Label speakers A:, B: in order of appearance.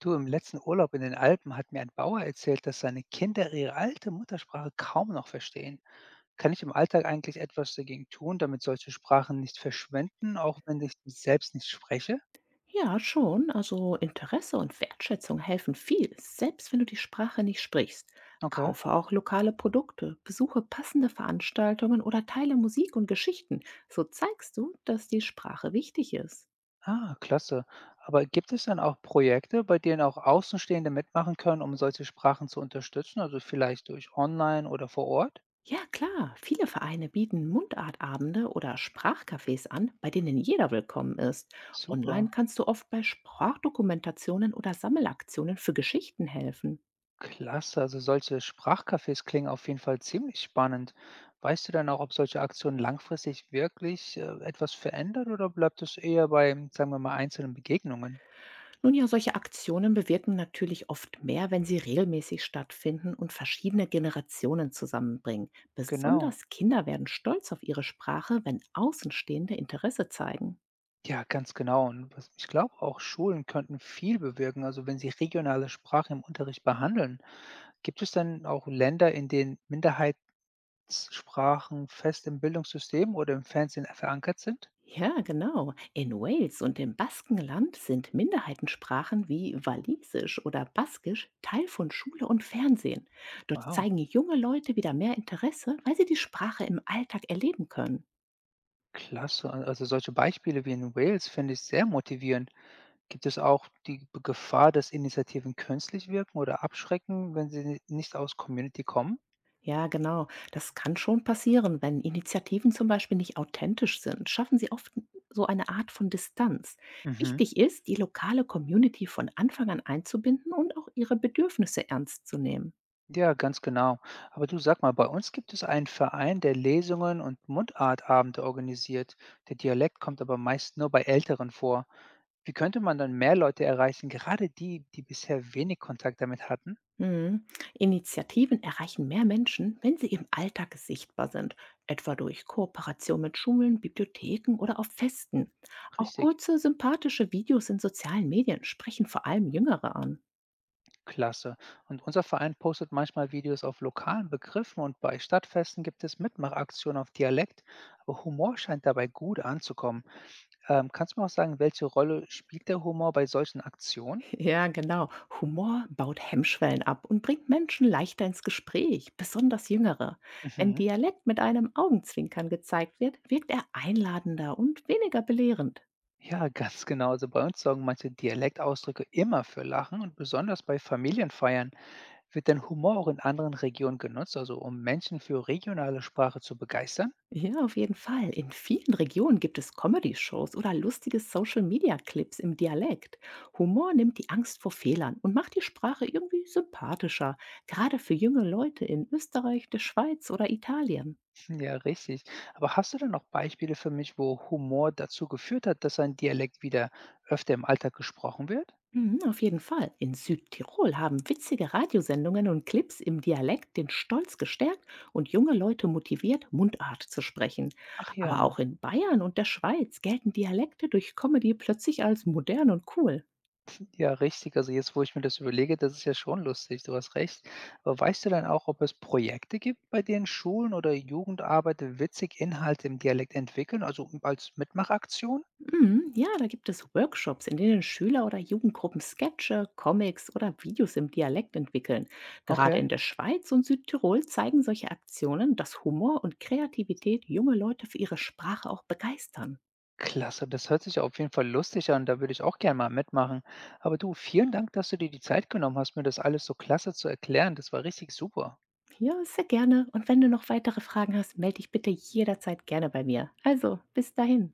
A: Du, im letzten Urlaub in den Alpen hat mir ein Bauer erzählt, dass seine Kinder ihre alte Muttersprache kaum noch verstehen. Kann ich im Alltag eigentlich etwas dagegen tun, damit solche Sprachen nicht verschwinden, auch wenn ich sie selbst nicht spreche?
B: Ja, schon. Also Interesse und Wertschätzung helfen viel, selbst wenn du die Sprache nicht sprichst.
A: Okay.
B: Kaufe auch lokale Produkte, besuche passende Veranstaltungen oder teile Musik und Geschichten. So zeigst du, dass die Sprache wichtig ist.
A: Ah, klasse. Aber gibt es dann auch Projekte, bei denen auch Außenstehende mitmachen können, um solche Sprachen zu unterstützen, also vielleicht durch Online oder vor Ort?
B: Ja, klar. Viele Vereine bieten Mundartabende oder Sprachcafés an, bei denen jeder willkommen ist. Online
A: Super.
B: kannst du oft bei Sprachdokumentationen oder Sammelaktionen für Geschichten helfen.
A: Klasse, also solche Sprachcafés klingen auf jeden Fall ziemlich spannend. Weißt du dann auch, ob solche Aktionen langfristig wirklich etwas verändern oder bleibt es eher bei, sagen wir mal, einzelnen Begegnungen?
B: Nun ja, solche Aktionen bewirken natürlich oft mehr, wenn sie regelmäßig stattfinden und verschiedene Generationen zusammenbringen.
A: Genau.
B: Besonders Kinder werden stolz auf ihre Sprache, wenn Außenstehende Interesse zeigen.
A: Ja, ganz genau. Und was, ich glaube, auch Schulen könnten viel bewirken, also wenn sie regionale Sprachen im Unterricht behandeln. Gibt es denn auch Länder, in denen Minderheitssprachen fest im Bildungssystem oder im Fernsehen verankert sind?
B: Ja, genau. In Wales und im Baskenland sind Minderheitensprachen wie Walisisch oder Baskisch Teil von Schule und Fernsehen. Dort
A: Wow,
B: zeigen junge Leute wieder mehr Interesse, weil sie die Sprache im Alltag erleben können.
A: klasse. Also solche Beispiele wie in Wales finde ich sehr motivierend. Gibt es auch die B Gefahr, dass Initiativen künstlich wirken oder abschrecken, wenn sie ni nicht aus Community kommen?
B: Ja, genau. Das kann schon passieren, wenn Initiativen zum Beispiel nicht authentisch sind, schaffen sie oft so eine Art von Distanz.
A: Mhm.
B: Wichtig ist, die lokale Community von Anfang an einzubinden und auch ihre Bedürfnisse ernst zu nehmen.
A: Ja, ganz genau. Aber du, sag mal, bei uns gibt es einen Verein, der Lesungen und Mundartabende organisiert. Der Dialekt kommt aber meist nur bei Älteren vor. Wie könnte man dann mehr Leute erreichen, gerade die, die bisher wenig Kontakt damit hatten?
B: Mhm. Initiativen erreichen mehr Menschen, wenn sie im Alltag sichtbar sind, etwa durch Kooperation mit Schulen, Bibliotheken oder auf Festen. Auch
A: Richtig.
B: kurze, sympathische Videos in sozialen Medien sprechen vor allem Jüngere an.
A: Klasse. Und unser Verein postet manchmal Videos auf lokalen Begriffen und bei Stadtfesten gibt es Mitmachaktionen auf Dialekt, aber Humor scheint dabei gut anzukommen. Kannst du mir auch sagen, welche Rolle spielt der Humor bei solchen Aktionen?
B: Ja, genau. Humor baut Hemmschwellen ab und bringt Menschen leichter ins Gespräch, besonders Jüngere. Wenn
A: Mhm.
B: Dialekt mit einem Augenzwinkern gezeigt wird, wirkt er einladender und weniger belehrend.
A: Ja, ganz genau. Also bei uns sorgen manche Dialektausdrücke immer für Lachen und besonders bei Familienfeiern. Wird denn Humor auch in anderen Regionen genutzt, also um Menschen für regionale Sprache zu begeistern?
B: Ja, auf jeden Fall. In vielen Regionen gibt es Comedy-Shows oder lustige Social-Media-Clips im Dialekt. Humor nimmt die Angst vor Fehlern und macht die Sprache irgendwie sympathischer, gerade für junge Leute in Österreich, der Schweiz oder Italien.
A: Ja, richtig. Aber hast du denn noch Beispiele für mich, wo Humor dazu geführt hat, dass ein Dialekt wieder öfter im Alltag gesprochen wird?
B: Mhm, auf jeden Fall. In Südtirol haben witzige Radiosendungen und Clips im Dialekt den Stolz gestärkt und junge Leute motiviert, Mundart zu sprechen.
A: Ach
B: Aber auch
A: ja,
B: in Bayern und der Schweiz gelten Dialekte durch Comedy plötzlich als modern und cool.
A: ja, richtig. Also jetzt, wo ich mir das überlege, das ist ja schon lustig, du hast recht. Aber weißt du dann auch, ob es Projekte gibt, bei denen Schulen oder Jugendarbeit witzig Inhalte im Dialekt entwickeln, also als Mitmachaktion?
B: Mhm, ja, da gibt es Workshops, in denen Schüler oder Jugendgruppen Sketche, Comics oder Videos im Dialekt entwickeln. Gerade
A: Okay.
B: in der Schweiz und Südtirol zeigen solche Aktionen, dass Humor und Kreativität junge Leute für ihre Sprache auch begeistern.
A: Klasse, das hört sich ja auf jeden Fall lustig an, da würde ich auch gerne mal mitmachen. Aber du, vielen Dank, dass du dir die Zeit genommen hast, mir das alles so klasse zu erklären. Das war richtig super.
B: Ja, sehr gerne. Und wenn du noch weitere Fragen hast, melde dich bitte jederzeit gerne bei mir. Also, bis dahin.